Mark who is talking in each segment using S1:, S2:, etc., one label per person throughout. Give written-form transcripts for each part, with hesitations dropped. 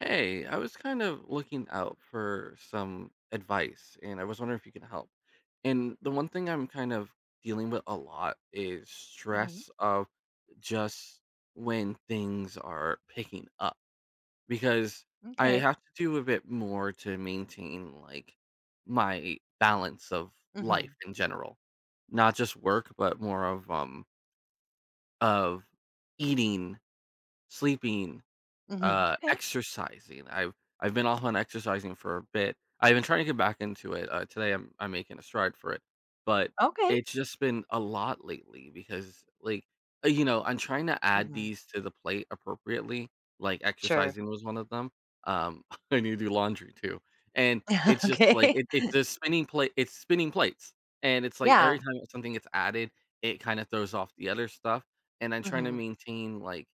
S1: Hey, I was kind of looking out for some advice and I was wondering if you can help. And the one thing I'm kind of dealing with a lot is
S2: Mhm.
S1: stress of just when things are picking up because I
S2: M'kay.
S1: have to do a bit more to maintain like my balance of life
S2: Mhm.
S1: in general. Not just work, but more of eating, sleeping,
S2: Mhm. Okay.
S1: exercising. I've been off on exercising for a bit. I've been trying to get back into it. Today I'm making a stride for it, but
S2: Okay.
S1: it's just been a lot lately because like I'm trying to add
S2: Mhm.
S1: these to the plate appropriately. Like
S2: Sure.
S1: exercising was one of them. Um, I need to do laundry too, and it's just like
S2: Okay.
S1: it's a spinning plate. It's spinning plates, and it's like
S2: Yeah.
S1: every time something gets added, it kind of throws off the other stuff. And I'm trying to
S2: Hmm. Okay.
S1: maintain like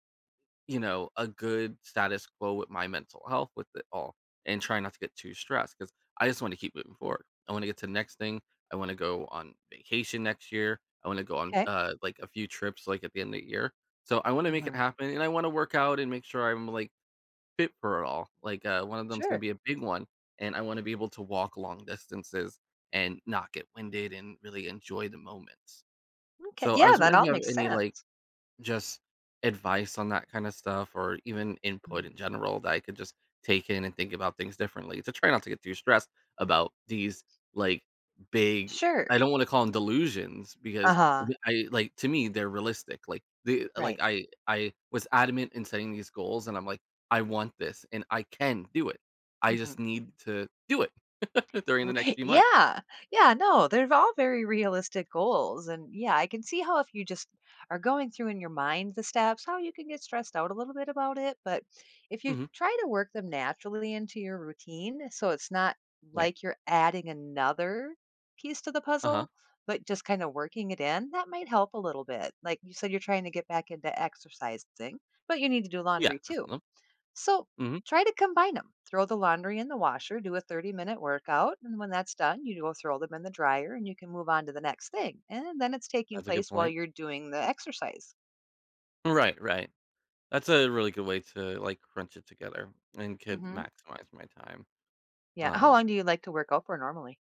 S1: a good status quo with my mental health with it all and try not to get too stressed because I just want to keep moving forward. I want to get to the next thing. I want to go on vacation next year. I want to go on
S2: 'Kay.
S1: like a few trips like at the end of the year. So I want to make it
S2: Mhm.
S1: happen and I want to work out and make sure I'm like fit for it all. Like one of them's
S2: Sure.
S1: gonna be a big one and I want to be able to walk long distances and not get winded and really enjoy the moments.
S2: Okay.
S1: So I
S2: Yeah,
S1: was
S2: that
S1: wondering if
S2: all
S1: you have
S2: makes
S1: any like
S2: sense.
S1: just advice on that kinda stuff or even input in
S2: Mm.
S1: general that I could just take in and think about things differently to try not to get too stressed about these, like, big
S2: Sure.
S1: I don't wanna call them delusions because
S2: Uh-huh.
S1: I like, to me, they're realistic. Like, the like,
S2: Right.
S1: I was adamant in setting these goals, and I'm like, "I want this, and I can do it. I just
S2: Mhm.
S1: need to do it during the
S2: R
S1: next few months."
S2: Yeah, yeah, no, they're all very realistic goals, and, yeah, I can see how if you just are going through in your mind the steps, how you can get stressed out a little bit about it, but if you
S1: Mhm.
S2: try to work them naturally into your routine, so it's not
S1: Right.
S2: like you're adding another piece to the
S1: Uh-huh.
S2: puzzle, but just kinda working it in, that might help a little bit. Like you said, you're trying to get back into exercising, but you need to do
S1: Yeah.
S2: laundry
S1: That's
S2: too.
S1: Mhm.
S2: So
S1: Mhm.
S2: try to combine them. Throw the laundry in the washer, do a 30-minute workout, and when that's done, you go throw them in the dryer and you can move on to the next thing. And then it's taking
S1: That's a good
S2: place while
S1: point.
S2: you're doing the exercise.
S1: Right, right. That's a really good way to, like, crunch it together and could
S2: Hmm.
S1: maximize my time.
S2: Yeah. How long do
S1: Um,
S2: you like to work out for normally?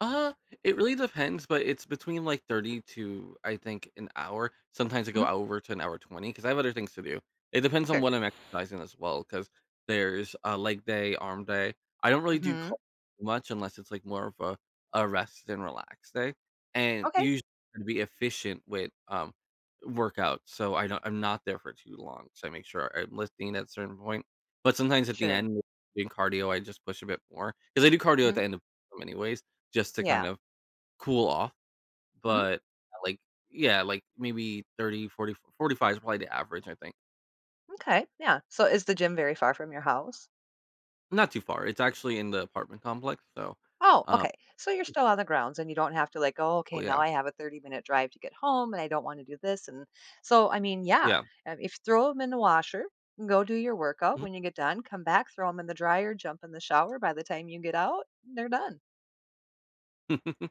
S1: uh, it really depends, but it's between like 30 to I think an hour. Sometimes I go
S2: Hmm.
S1: over to an hour 20 because I have other things to do. It depends on
S2: Sure.
S1: what I'm exercising as well because there's a leg day, arm day. I don't really do
S2: Hmm.
S1: cardio much unless it's like more of a rest and relax day. And
S2: Okay.
S1: usually to be efficient with workout. So I don't I'm not there for too long. So I make sure I'm lifting at a certain point. But sometimes at the
S2: Sure.
S1: end doing cardio, I just push a bit more because I do cardio at
S2: Hmm.
S1: the end of anyways just to
S2: Yeah.
S1: kind of cool off,
S2: Hmm.
S1: but, like yeah, like, maybe 30, 40, 45 is probably the average, I think.
S2: Okay. Yeah. So is the gym very far from your house?
S1: Not too far, it's actually in the apartment complex, so,
S2: Oh,
S1: um,
S2: okay. So you're still on the grounds and you don't have to like, oh, okay,
S1: well,
S2: now
S1: yeah,
S2: I have a 30-minute drive to get home and I don't want to do this. And so, I mean, yeah,
S1: yeah.
S2: if throw them in the washer, go do your workout.
S1: Mhm.
S2: When you get done, come back, throw them in the dryer, jump in the shower. By the time you get out, they're done.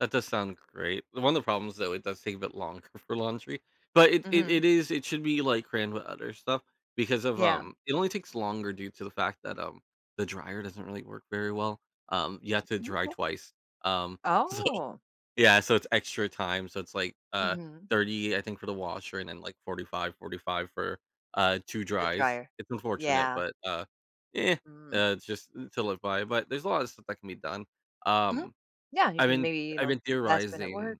S1: That does sound great. One of the problems, though, it does take a bit longer for laundry, but it it
S2: Hmm.
S1: it is it should be, like, crammed with other stuff because of,
S2: Yeah.
S1: it only takes longer due to the fact that, the dryer doesn't really work very well. You have to dry
S2: Okay.
S1: twice, um, so
S2: Oh,
S1: yeah, so it's extra time, so it's, like,
S2: hmm,
S1: 30, I think, for the washer and then, like, 45, 45 for, 2
S2: the
S1: dries.
S2: dryer.
S1: It's unfortunate,
S2: Yeah.
S1: but, yeah,
S2: Mm-hmm.
S1: it's just to live by, but there's a lot of stuff that can be done.
S2: Mm-hmm.
S1: Um,
S2: Yeah. You
S1: I've
S2: can
S1: been
S2: maybe, you
S1: I've
S2: know,
S1: been
S2: last minute
S1: theorizing
S2: work,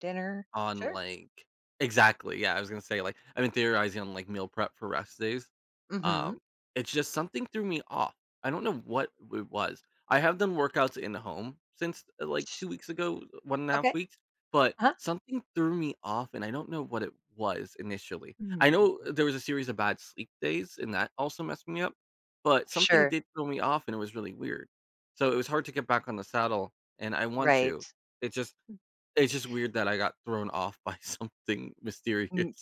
S2: dinner.
S1: on,
S2: Sure.
S1: like exactly, yeah, I was gonna say, like, I've been theorizing on, like, meal prep for rest days.
S2: Hmm.
S1: Um, it's just something threw me off. I don't know what it was. I have done workouts in the home since, like, 2 weeks ago, one and a half
S2: Okay.
S1: weeks, but
S2: Huh?
S1: something threw me off, and I don't know what it was initially. I know
S2: Mm.
S1: there was a series of bad sleep days, and that also messed me up, but something
S2: Sure.
S1: did throw me off, and it was really weird. So, it was hard to get back on the saddle, and I want
S2: Right.
S1: to. It just it's just weird that I got thrown off by something mysterious,
S2: Mm.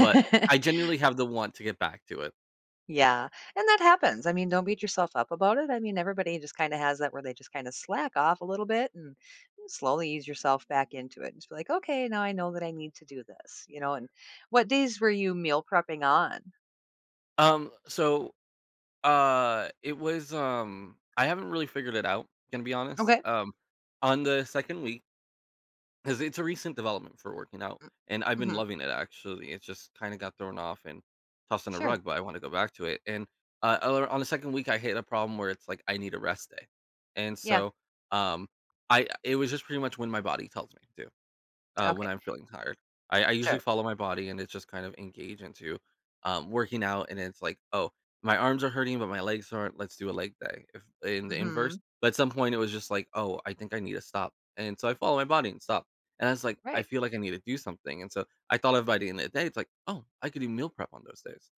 S1: but I genuinely have the want to get back to it.
S2: Yeah, and that happens. I mean, don't beat yourself up about it. I mean, everybody just kinda has that where they just kinda slack off a little bit and slowly ease yourself back into it and just be like, "Okay, now I know that I need to do this," you know, and what days were you meal prepping on?
S1: Um, so, it was, I haven't really figured it out, gonna be honest.
S2: Okay.
S1: On the 2nd week, because it's a recent development for working out,
S2: Mm.
S1: and I've been
S2: Mhm.
S1: loving it, actually. It just kinda got thrown off and tossed on the
S2: Sure.
S1: rug, but I wanna go back to it, and, o on the 2nd week, I hit a problem where it's like, I need a rest day, and
S2: Yeah.
S1: so, um, I it was just pretty much when my body tells me to. When
S2: Okay.
S1: I'm feeling tired. I usually
S2: Sure.
S1: follow my body and it's just kind of engage into working out. And it's like, oh, my arms are hurting, but my legs aren't. Let's do a leg day. If in the inverse,
S2: Mhm.
S1: but at some point it was just like, oh, I think I need to stop. And so I follow my body and stop. And I was like, I
S2: Right.
S1: feel like I need to do something. And so I thought of by the end of the day, it's like, oh, I could do meal prep on those days.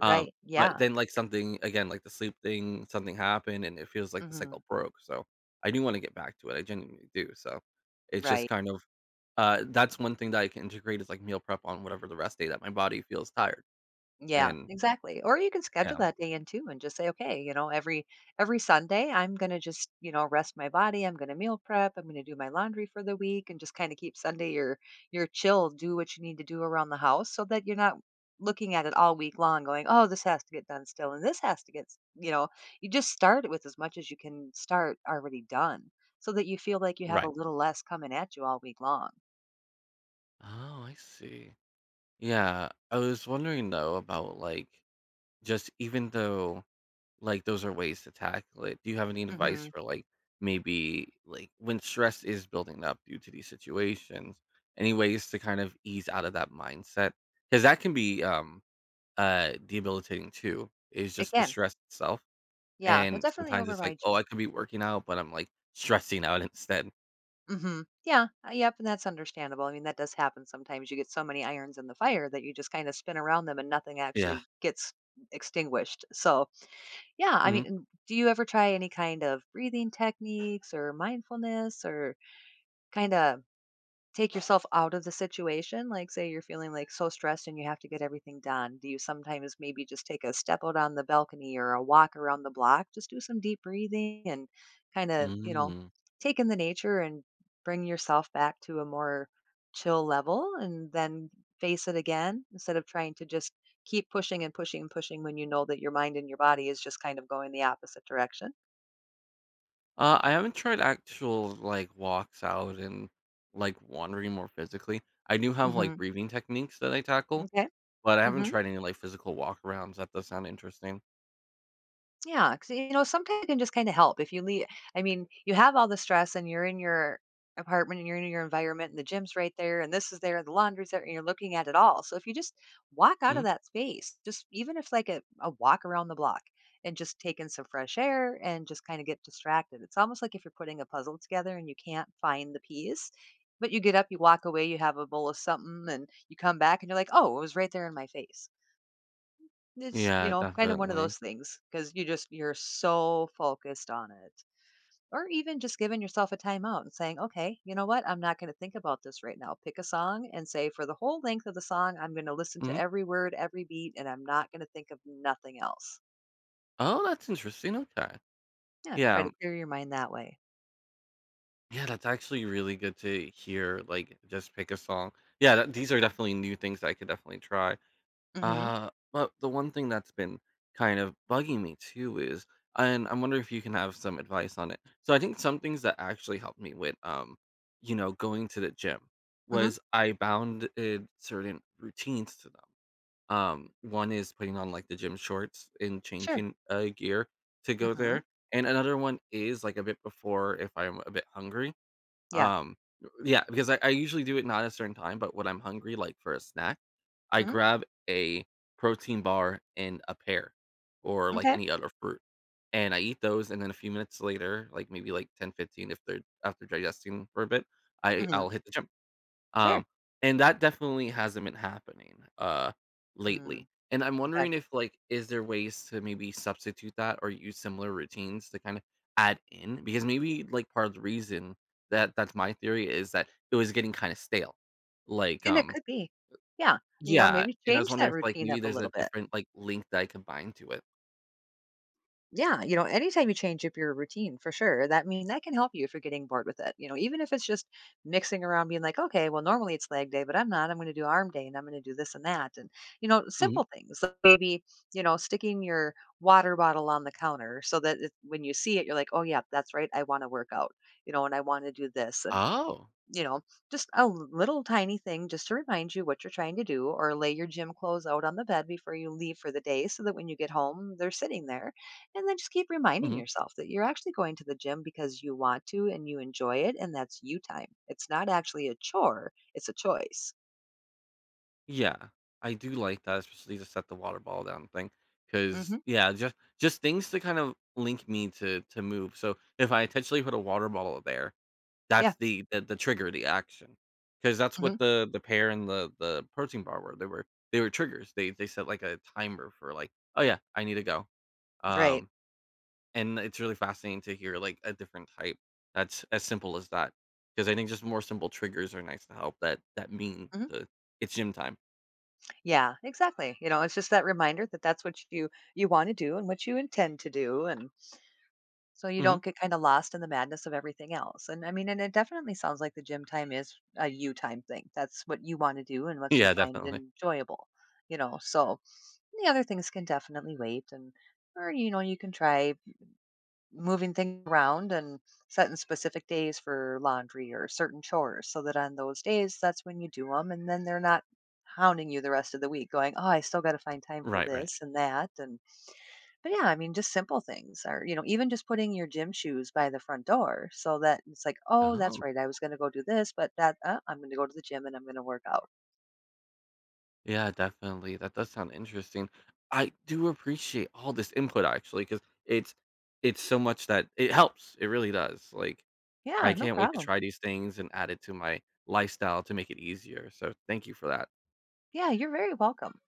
S1: Um, but
S2: Yeah.
S1: then like something again, like the sleep thing, something happened, and it feels like the
S2: Mhm.
S1: cycle broke. So I do want to get back to it. I genuinely do. So it's just
S2: Right.
S1: kind of that's one thing that I can integrate is, like, meal prep on whatever the rest day that my body feels tired,
S2: Yeah,
S1: and
S2: exactly. Or you can schedule
S1: yeah,
S2: that day in too and just say, okay, you know, every Sunday I'm gonna just, you know, rest my body. I'm gonna meal prep. I'm gonna do my laundry for the week and just kind of keep Sunday your chill. Do what you need to do around the house so that you're not looking at it all week long going, oh, this has to get done still and this has to get you know, you just start it with as much as you can start already done so that you feel like you have a
S1: right.
S2: little less coming at you all week long.
S1: Oh, I see. Yeah, I was wondering though about, like, just even though, like, those are ways to tackle it, do you have any advice
S2: Hmm.
S1: for, like, maybe, like, when stress is building up due to these situations, any ways to kind of ease out of that mindset because that can be, debilitating too, is
S2: It
S1: just the
S2: can.
S1: stress itself.
S2: Yeah, it
S1: And
S2: definitely
S1: sometimes it's like,
S2: overrides
S1: "Oh,
S2: you.
S1: I could be working out," but I'm, like, stressing out instead.
S2: Hmm. Yeah. Yep. And that's understandable. I mean, that does happen sometimes. You get so many irons in the fire that you just kind of spin around them and nothing
S1: Yeah.
S2: actually gets extinguished. So, yeah. I
S1: Mhm.
S2: mean, and do you ever try any kind of breathing techniques or mindfulness or kind of take yourself out of the situation? Like, say you're feeling, like, so stressed and you have to get everything done. Do you sometimes maybe just take a step out on the balcony or a walk around the block? Just do some deep breathing and kinda, you know,
S1: Mm.
S2: take in the nature and bring yourself back to a more chill level and then face it again instead of trying to just keep pushing and pushing and pushing when you know that your mind and your body is just kind of going the opposite direction.
S1: I haven't tried actual, like, walks out and, like, wandering more physically. I do have, like,
S2: Mhm.
S1: breathing techniques that I tackle,
S2: Okay.
S1: but I haven't
S2: Mhm.
S1: tried any, like, physical walk-arounds. That does sound interesting.
S2: Yeah, because you know, sometimes it can just kinda help if you leave. I mean, you have all the stress and you're in your apartment and you're in your environment and the gym's right there and this is there and the laundry's there and you're looking at it all. So if you just walk out of
S1: Mhm.
S2: that space, just even if like a walk around the block and just take in some fresh air and just kinda get distracted. It's almost like if you're putting a puzzle together and you can't find the piece, but you get up, you walk away, you have a bowl of something, and you come back and you're like, "Oh, it was right there in my face." It's, you
S1: Yeah,
S2: know, kind of one of
S1: definitely.
S2: those things because you're so focused on it. Or even just giving yourself a timeout and saying, okay, you know what? I'm not going to think about this right now. Pick a song and say, for the whole length of the song, I'm going to listen to
S1: Mhm.
S2: every word, every beat, and I'm not going to think of nothing else.
S1: Oh, that's interesting, okay.
S2: Yeah, and try to
S1: Yeah.
S2: clear your mind that way.
S1: Yeah, that's actually really good to hear, like, just pick a song. Yeah, that these are definitely new things that I could definitely try.
S2: Mm hmm.
S1: But the one thing that's been kind of bugging me too is, and I'm wondering if you can have some advice on it. So I think some things that actually helped me with, you know, going to the gym
S2: Mm hmm.
S1: was I bounded certain routines to them. One is putting on like the gym shorts and
S2: Sure.
S1: changing gear to
S2: Mm
S1: go
S2: hmm.
S1: there, and another one is like a bit before if I'm a bit hungry.
S2: Yeah.
S1: Um, yeah, because I usually do it not at a certain time, but when I'm hungry, like for a snack I
S2: Mm
S1: grab a protein bar and a pear or,
S2: hmm.
S1: like,
S2: Okay.
S1: any other fruit, and I eat those, and then a few minutes later, like, maybe, like, 10, 15, if they're after digesting for a bit,
S2: Mm hmm.
S1: I'll hit the gym,
S2: Sure.
S1: um, and that definitely hasn't been happening,
S2: Mm,
S1: lately, and I'm
S2: okay.
S1: wondering if, like, is there ways to maybe substitute that or use similar routines to kinda add in? Because maybe, like, part of the reason that that's my theory is that it was getting kinda stale, like,
S2: And it could be. Yeah. You know,
S1: yeah,
S2: maybe
S1: and I was
S2: change that
S1: wondering if, like,
S2: routine
S1: maybe
S2: up a
S1: there's
S2: little
S1: a
S2: bit.
S1: different, like, link that I can bind to it.
S2: Yeah, you know, anytime you change up your routine, for sure, that mean that can help you if you're getting bored with it. You know, even if it's just mixing around, being like, okay, well, normally it's leg day, but I'm not. I'm going to do arm day, and I'm going to do this and that, and you know,
S1: Mhm.
S2: simple things. Like maybe you know, sticking your water bottle on the counter so that it, when you see it, you're like, oh yeah, that's right. I want to work out. You know, and I want to do this, and
S1: Oh.
S2: you know, just a little tiny thing just to remind you what you're trying to do, or lay your gym clothes out on the bed before you leave for the day so that when you get home, they're sitting there. And then just keep reminding
S1: Mhm.
S2: yourself that you're actually going to the gym because you want to and you enjoy it, and that's you time. It's not actually a chore, it's a choice.
S1: Yeah. I do like that, especially to set the water ball down thing. Cause
S2: Hmm.
S1: yeah, just things to kind of link me to move. So, if I intentionally put a water bottle there,
S2: Yeah.
S1: that's the trigger, the action, because that's
S2: Hmm.
S1: what the pear and the protein bar were. They were they were triggers. They set, like, a timer for, like, "Oh, yeah. I need to go."
S2: Great.
S1: Um And it's really fascinating to hear, like, a different type that's as simple as that, because I think just more simple triggers are nice to help that mean
S2: Hmm.
S1: to it's gym time.
S2: Yeah, exactly. You know, it's just that reminder that that's what you want to do and what you intend to do and so you
S1: Mhm.
S2: don't get kind of lost in the madness of everything else. And I mean, and it definitely sounds like the gym time is a you time thing. That's what you want to do and what you
S1: Yeah,
S2: find
S1: definitely.
S2: enjoyable, you know. So the other things can definitely wait and or you know, you can try moving things around and setting specific days for laundry or certain chores so that on those days that's when you do them and then they're not hounding you the rest of the week going, "Oh, I still got to find time for
S1: Right, right.
S2: this and that." And but yeah, I mean, just simple things or, you know, even just putting your gym shoes by the front door so that it's like, oh, that's
S1: Oh,
S2: right. I was going to go do this, but that I'm going to go to the gym and I'm going to work out.
S1: yeah, definitely. That does sound interesting. I do appreciate all this input actually, because it's it's so much that it helps. It really does. Like,
S2: Yeah,
S1: I
S2: no
S1: can't wait to
S2: problem.
S1: try these things and add it to my lifestyle to make it easier. So, thank you for that.
S2: Yeah, you're very welcome.